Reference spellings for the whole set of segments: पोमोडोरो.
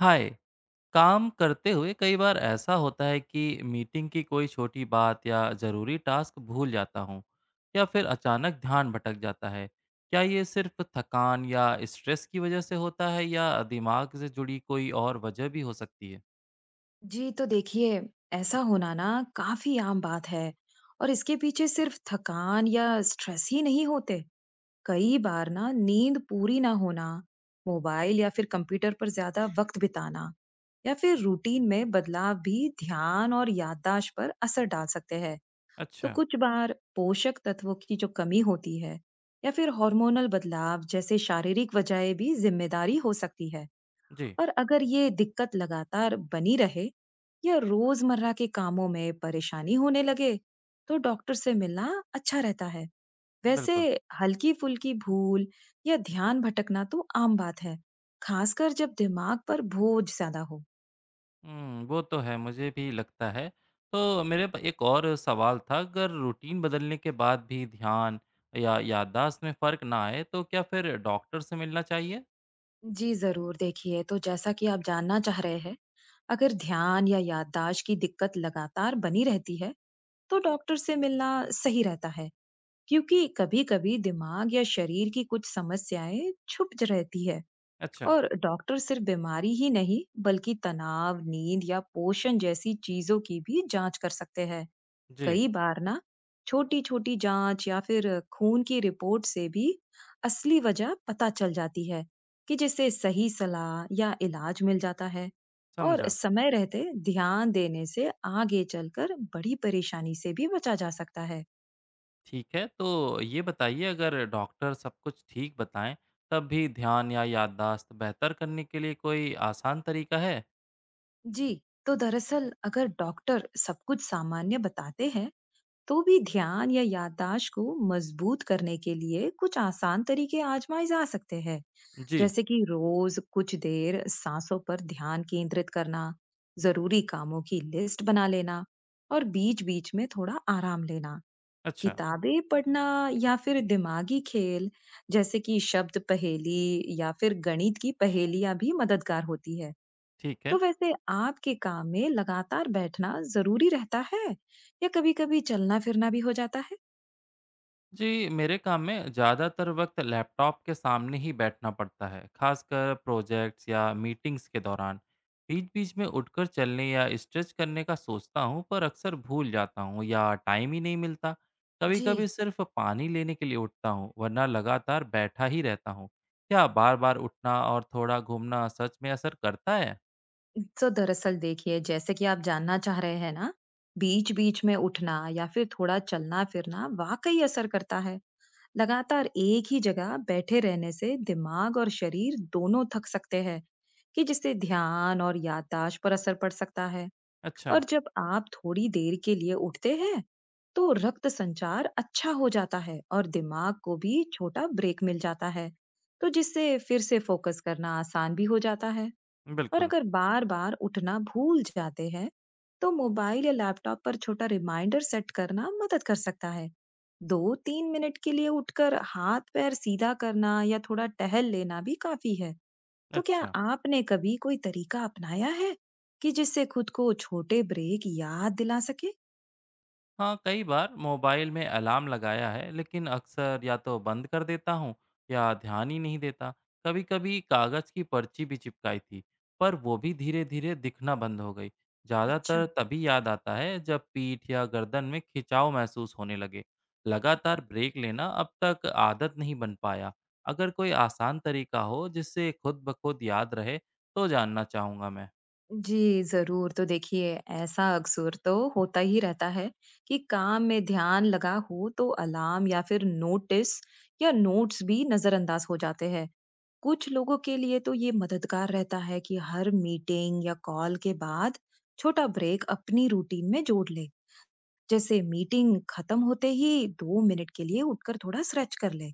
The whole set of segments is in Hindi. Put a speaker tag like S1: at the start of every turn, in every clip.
S1: हाय। काम करते हुए कई बार ऐसा होता है कि मीटिंग की कोई छोटी बात या ज़रूरी टास्क भूल जाता हूँ या फिर अचानक ध्यान भटक जाता है। क्या ये सिर्फ थकान या स्ट्रेस की वजह से होता है या दिमाग से जुड़ी कोई और वजह भी हो सकती है।
S2: जी, तो देखिए, ऐसा होना ना काफ़ी आम बात है। और इसके पीछे सिर्फ थकान या स्ट्रेस ही नहीं होते। कई बार ना नींद पूरी ना होना, मोबाइल या फिर कंप्यूटर पर ज़्यादा वक़्त बिताना या फिर रूटीन में बदलाव भी ध्यान और याददाश्त पर असर डाल सकते हैं। तो
S1: अच्छा।
S2: कुछ बार पोषक तत्वों की जो कमी होती है या फिर हार्मोनल बदलाव जैसे शारीरिक वजहें भी ज़िम्मेदारी हो सकती है।
S1: जी।
S2: और अगर ये दिक्कत लगातार बनी रहे या रोजमर्रा के कामों में परेशानी होने लगे तो डॉक्टर से मिलना अच्छा रहता है। वैसे
S1: बिल्कुल।
S2: हल्की फुल्की भूल या ध्यान भटकना तो आम बात है, खासकर जब दिमाग पर बोझ ज्यादा हो।
S1: हम्म, वो तो है, मुझे भी लगता है। तो एक और सवाल था, अगर रूटीन बदलने के बाद भी ध्यान या याददाश्त में फ़र्क ना आए तो क्या फिर डॉक्टर से मिलना चाहिए।
S2: जी जरूर, देखिए, तो जैसा कि आप जानना चाह रहे हैं, अगर ध्यान या याददाश्त की दिक्कत लगातार बनी रहती है तो डॉक्टर से मिलना सही रहता है, क्योंकि कभी-कभी दिमाग या शरीर की कुछ समस्याएं छुप रहती है।
S1: अच्छा।
S2: और डॉक्टर सिर्फ बीमारी ही नहीं, बल्कि तनाव, नींद या पोषण जैसी चीजों की भी जांच कर सकते हैं।
S1: जी,
S2: कई बार ना छोटी-छोटी जांच या फिर खून की रिपोर्ट से भी असली वजह पता चल जाती है, कि जिससे सही सलाह या इलाज मिल जाता है। और
S1: समझा।
S2: समय रहते ध्यान देने से आगे चलकर बड़ी परेशानी से भी बचा जा सकता है।
S1: ठीक है, तो ये बताइए अगर डॉक्टर सब कुछ ठीक बताएँ, तब भी ध्यान या याददाश्त बेहतर करने के लिए कोई आसान तरीका है?
S2: जी, तो दरअसल अगर डॉक्टर सब कुछ सामान्य बताते हैं, तो भी ध्यान या याददाश्त को मजबूत करने के लिए कुछ आसान तरीके आजमाए जा सकते हैं,
S1: जी।
S2: जैसे कि रोज कुछ देर सांसों पर ध्यान केंद्रित करना, जरूरी कामों की लिस्ट बना लेना और बीच-बीच में थोड़ा आराम लेना।
S1: अच्छा।
S2: किताबें पढ़ना या फिर दिमागी खेल, जैसे कि शब्द पहेली या फिर गणित की पहेलियां भी मददगार होती है।
S1: ठीक
S2: तो
S1: है।
S2: वैसे आपके काम में लगातार बैठना जरूरी रहता है या कभी-कभी चलना फिरना भी हो जाता है?
S1: जी, मेरे काम में ज़्यादातर वक्त लैपटॉप के सामने ही बैठना पड़ता है, खासकर प्रोजेक्ट्स या मीटिंग्स के दौरान। बीच-बीच में उठकर चलने या स्ट्रेच करने का सोचता हूँ, पर अक्सर भूल जाता हूँ या टाइम ही नहीं मिलता।
S2: जी,
S1: कभी-कभी सिर्फ पानी लेने के लिए उठता हूँ, वरना लगातार बैठा ही रहता हूँ। क्या बार-बार उठना और थोड़ा घूमना सच में असर करता है?
S2: तो दरअसल देखिए, जैसे कि आप जानना चाह रहे हैं ना, बीच बीच में उठना या फिर थोड़ा चलना फिरना वाकई असर करता है। लगातार एक ही जगह बैठे रहने से दिमाग और शरीर दोनों थक सकते हैं, कि जिससे ध्यान और याददाश्त पर असर पड़ सकता है।
S1: अच्छा।
S2: और जब आप थोड़ी देर के लिए उठते हैं तो रक्त संचार अच्छा हो जाता है और दिमाग को भी छोटा ब्रेक मिल जाता है, तो जिससे फिर से फोकस करना आसान भी हो जाता है। और
S1: बिल्कुल।
S2: अगर बार बार उठना भूल जाते हैं तो मोबाइल या लैपटॉप पर छोटा रिमाइंडर सेट करना मदद कर सकता है। 2-3 मिनट के लिए उठकर हाथ पैर सीधा करना या थोड़ा टहल लेना भी काफी है। तो क्या
S1: अच्छा।
S2: आपने कभी कोई तरीका अपनाया है कि जिससे खुद को छोटे ब्रेक याद दिला सके?
S1: हाँ, कई बार मोबाइल में अलार्म लगाया है, लेकिन अक्सर या तो बंद कर देता हूँ या ध्यान ही नहीं देता। कभी कभी कागज़ की पर्ची भी चिपकाई थी, पर वो भी धीरे धीरे दिखना बंद हो गई।
S2: अच्छा,
S1: ज़्यादातर तभी याद आता है जब पीठ या गर्दन में खिंचाव महसूस होने लगे। लगातार ब्रेक लेना अब तक आदत नहीं बन पाया। अगर कोई आसान तरीका हो जिससे खुद ब खुद याद रहे, तो जानना चाहूँगा मैं।
S2: जी जरूर, तो देखिए, ऐसा अक्सर तो होता ही रहता है कि काम में ध्यान लगा हो तो अलार्म या फिर नोटिस या नोट्स भी नजरअंदाज हो जाते हैं। कुछ लोगों के लिए तो ये मददगार रहता है कि हर मीटिंग या कॉल के बाद छोटा ब्रेक अपनी रूटीन में जोड़ ले, जैसे मीटिंग खत्म होते ही 2 मिनट के लिए उठकर थोड़ा स्ट्रेच कर ले।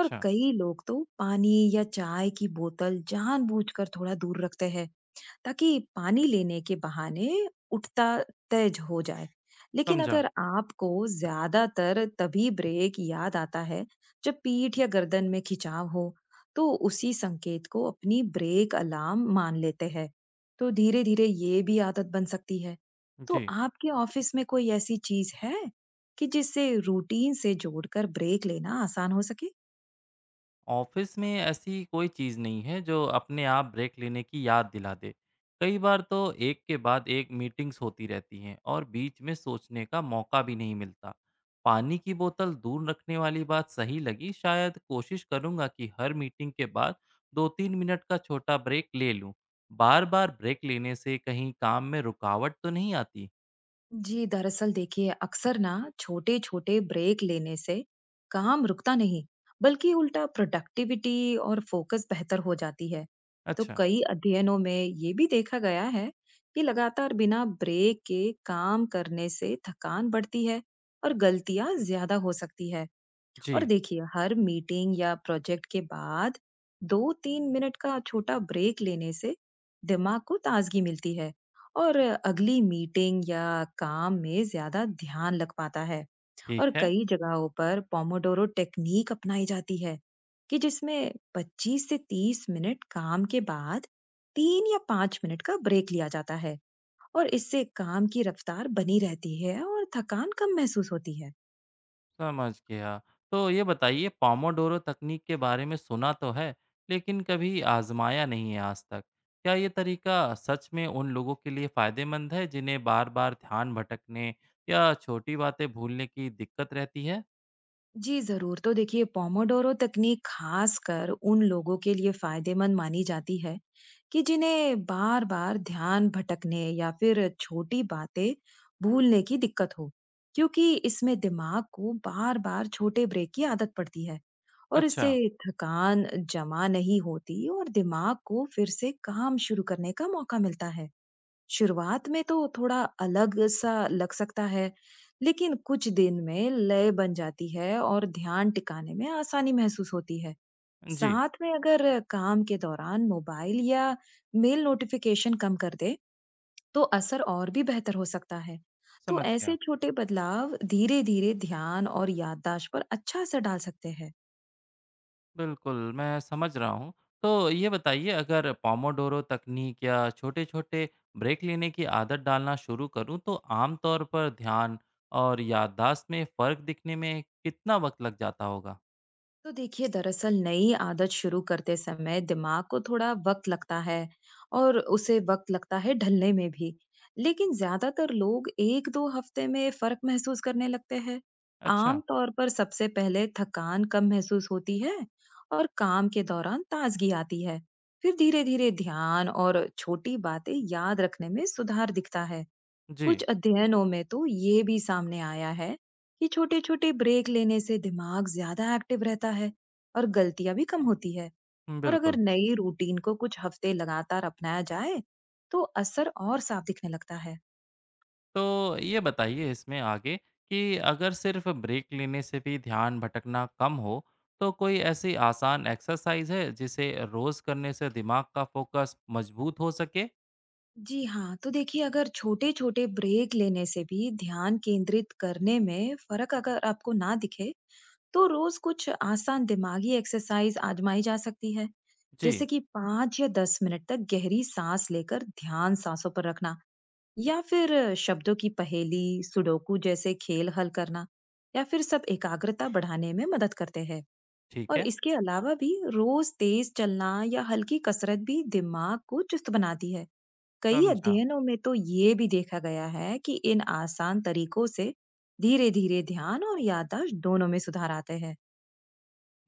S2: और कई लोग तो पानी या चाय की बोतल जानबूझकर थोड़ा दूर रखते हैं ताकि पानी लेने के बहाने उठता तेज हो जाए। लेकिन
S1: समझा।
S2: अगर आपको ज्यादातर तभी ब्रेक याद आता है जब पीठ या गर्दन में खिंचाव हो, तो उसी संकेत को अपनी ब्रेक अलार्म मान लेते हैं, तो धीरे धीरे ये भी आदत बन सकती है। तो
S1: जी,
S2: आपके ऑफिस में कोई ऐसी चीज है कि जिससे रूटीन से जोड़कर ब्रेक लेना आसान हो सके?
S1: ऑफिस में ऐसी कोई चीज़ नहीं है जो अपने आप ब्रेक लेने की याद दिला दे। कई बार तो एक के बाद एक मीटिंग्स होती रहती हैं और बीच में सोचने का मौका भी नहीं मिलता। पानी की बोतल दूर रखने वाली बात सही लगी, शायद कोशिश करूंगा कि हर मीटिंग के बाद दो तीन मिनट का छोटा ब्रेक ले लूं। बार बार ब्रेक लेने से कहीं काम में रुकावट तो नहीं आती?
S2: जी, दरअसल देखिए अक्सर ना छोटे-छोटे ब्रेक लेने से काम रुकता नहीं, बल्कि उल्टा प्रोडक्टिविटी और फोकस बेहतर हो जाती है। तो
S1: अच्छा।
S2: कई अध्ययनों में ये भी देखा गया है कि लगातार बिना ब्रेक के काम करने से थकान बढ़ती है और गलतियां ज्यादा हो सकती है। और
S1: जी।
S2: देखिए, हर मीटिंग या प्रोजेक्ट के बाद 2-3 मिनट का छोटा ब्रेक लेने से दिमाग को ताजगी मिलती है, और अगली मीटिंग या काम में ज्यादा ध्यान लग पाता है।
S1: ठीक
S2: और
S1: है।
S2: कई जगहों पर पोमोडोरो टेक्निक अपनाई जाती है कि जिसमें 25 से 30 मिनट काम के बाद 3 या 5 मिनट का ब्रेक लिया जाता है, और इससे काम की रफ्तार बनी रहती है और थकान कम महसूस होती है।
S1: समझ गया। तो ये बताइए, पोमोडोरो तकनीक के बारे में सुना तो है, लेकिन कभी आज़माया नहीं है आज तक। क्या ये तरीका सच में उन लोगों के लिए फ़ायदेमंद है जिन्हें बार-बार ध्यान भटकने या छोटी बातें भूलने की दिक्कत रहती है?
S2: जी, ज़रूर। तो देखिए पोमोडोरो तकनीक ख़ासकर उन लोगों के लिए फ़ायदेमंद मानी जाती है कि जिन्हें बार-बार ध्यान भटकने या फिर छोटी बातें भूलने की दिक्कत हो, क्योंकि इसमें दिमाग को बार-बार छोटे ब्रेक की आदत पड़ती है और इससे
S1: अच्छा।
S2: थकान जमा नहीं होती और दिमाग को फिर से काम शुरू करने का मौका मिलता है। शुरुआत में तो थोड़ा अलग सा लग सकता है, लेकिन कुछ दिन में लय बन जाती है और ध्यान टिकाने में आसानी महसूस होती है।
S1: जी।
S2: साथ में अगर काम के दौरान मोबाइल या मेल नोटिफिकेशन कम कर दे, तो असर और भी बेहतर हो सकता है। तो
S1: समझ गया।
S2: ऐसे छोटे बदलाव धीरे-धीरे ध्यान और याददाश्त पर अच्छा असर डाल सकते हैं।
S1: बिल्कुल, मैं समझ रहा हूँ। तो ये बताइए, अगर पोमोडोरो तकनीक या छोटे-छोटे ब्रेक लेने की आदत डालना शुरू करूँ तो आम तौर पर ध्यान और याददाश्त में फ़र्क दिखने में कितना वक़्त लग जाता होगा?
S2: तो देखिए दरअसल नई आदत शुरू करते समय दिमाग को थोड़ा वक्त लगता है, और उसे वक्त लगता है ढलने में भी। लेकिन ज्यादातर लोग 1-2 हफ्ते में फर्क महसूस करने लगते हैं।
S1: अच्छा।
S2: आम तौर पर सबसे पहले थकान कम महसूस होती है और काम के दौरान ताजगी आती है, फिर धीरे धीरे ध्यान और छोटी बातें याद रखने में सुधार दिखता है।
S1: जी।
S2: कुछ अध्ययनों में तो ये भी सामने आया है कि छोटे छोटे ब्रेक लेने से दिमाग ज्यादा एक्टिव रहता है और गलतियां भी कम होती है। और अगर
S1: बिल्कुल।
S2: नई रूटीन को कुछ हफ्ते लगातार अपनाया जाए तो असर और साफ दिखने लगता है।
S1: तो ये बताइए इसमें आगे कि अगर सिर्फ़ ब्रेक लेने से भी ध्यान भटकना कम हो, तो कोई ऐसी आसान एक्सरसाइज़ है जिसे रोज़ करने से दिमाग का फ़ोकस मज़बूत हो सके?
S2: जी हाँ, तो देखिए अगर छोटे छोटे ब्रेक लेने से भी ध्यान केंद्रित करने में फर्क अगर आपको ना दिखे, तो रोज कुछ आसान दिमागी एक्सरसाइज आजमाई जा सकती है,
S1: जी।
S2: जैसे कि 5 या 10 मिनट तक गहरी सांस लेकर ध्यान सांसों पर रखना, या फिर शब्दों की पहेली, सुडोकू जैसे खेल हल करना, या फिर सब एकाग्रता बढ़ाने में मदद करते हैं।
S1: ठीक
S2: और
S1: है।
S2: इसके अलावा भी रोज तेज चलना या हल्की कसरत भी दिमाग को चुस्त बनाती है। कई
S1: समझा।
S2: अध्ययनों में तो ये भी देखा गया है कि इन आसान तरीकों से धीरे धीरे ध्यान और याददाश्त दोनों में सुधार आते हैं।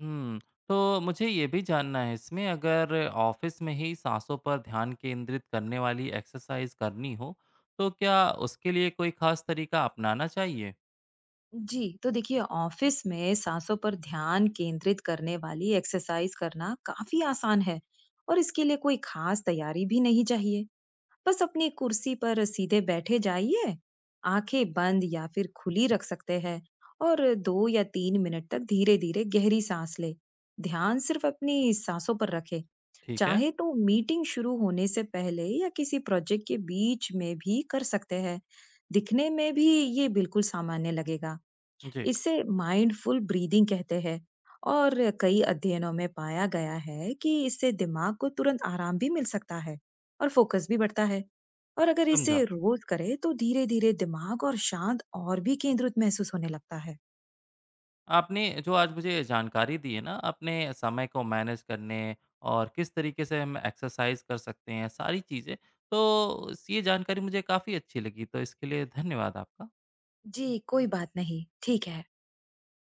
S1: हुँ। तो मुझे ये भी जानना है इसमें, अगर ऑफ़िस में ही साँसों पर ध्यान केंद्रित करने वाली एक्सरसाइज़ करनी हो, तो क्या उसके लिए कोई ख़ास तरीका अपनाना चाहिए?
S2: जी, तो देखिए ऑफिस में सांसों पर ध्यान केंद्रित करने वाली एक्सरसाइज करना काफी आसान है, और इसके लिए कोई खास तैयारी भी नहीं चाहिए। बस अपनी कुर्सी पर सीधे बैठे जाइए, आंखें बंद या फिर खुली रख सकते हैं, और 2 या 3 मिनट तक धीरे धीरे गहरी सांस ले, ध्यान सिर्फ अपनी सांसों पर रखे।
S1: ठीक है।
S2: चाहे तो मीटिंग शुरू होने से पहले या किसी प्रोजेक्ट के बीच में भी कर सकते हैं। दिखने में भी ये बिल्कुल सामान्य लगेगा।
S1: जी,
S2: इसे माइंडफुल ब्रीदिंग कहते हैं, और कई अध्ययनों में पाया गया है कि इससे दिमाग को तुरंत आराम भी मिल सकता है और फोकस भी बढ़ता है। और अगर
S1: समझा।
S2: इसे रोज करे तो धीरे धीरे दिमाग और शांत और भी केंद्रित महसूस होने लगता है।
S1: आपने जो आज मुझे जानकारी दी है ना, अपने समय को मैनेज करने और किस तरीके से हम एक्सरसाइज़ कर सकते हैं, सारी चीज़ें, तो स ये जानकारी मुझे काफ़ी अच्छी लगी। तो इसके लिए धन्यवाद आपका।
S2: जी कोई बात नहीं, ठीक है।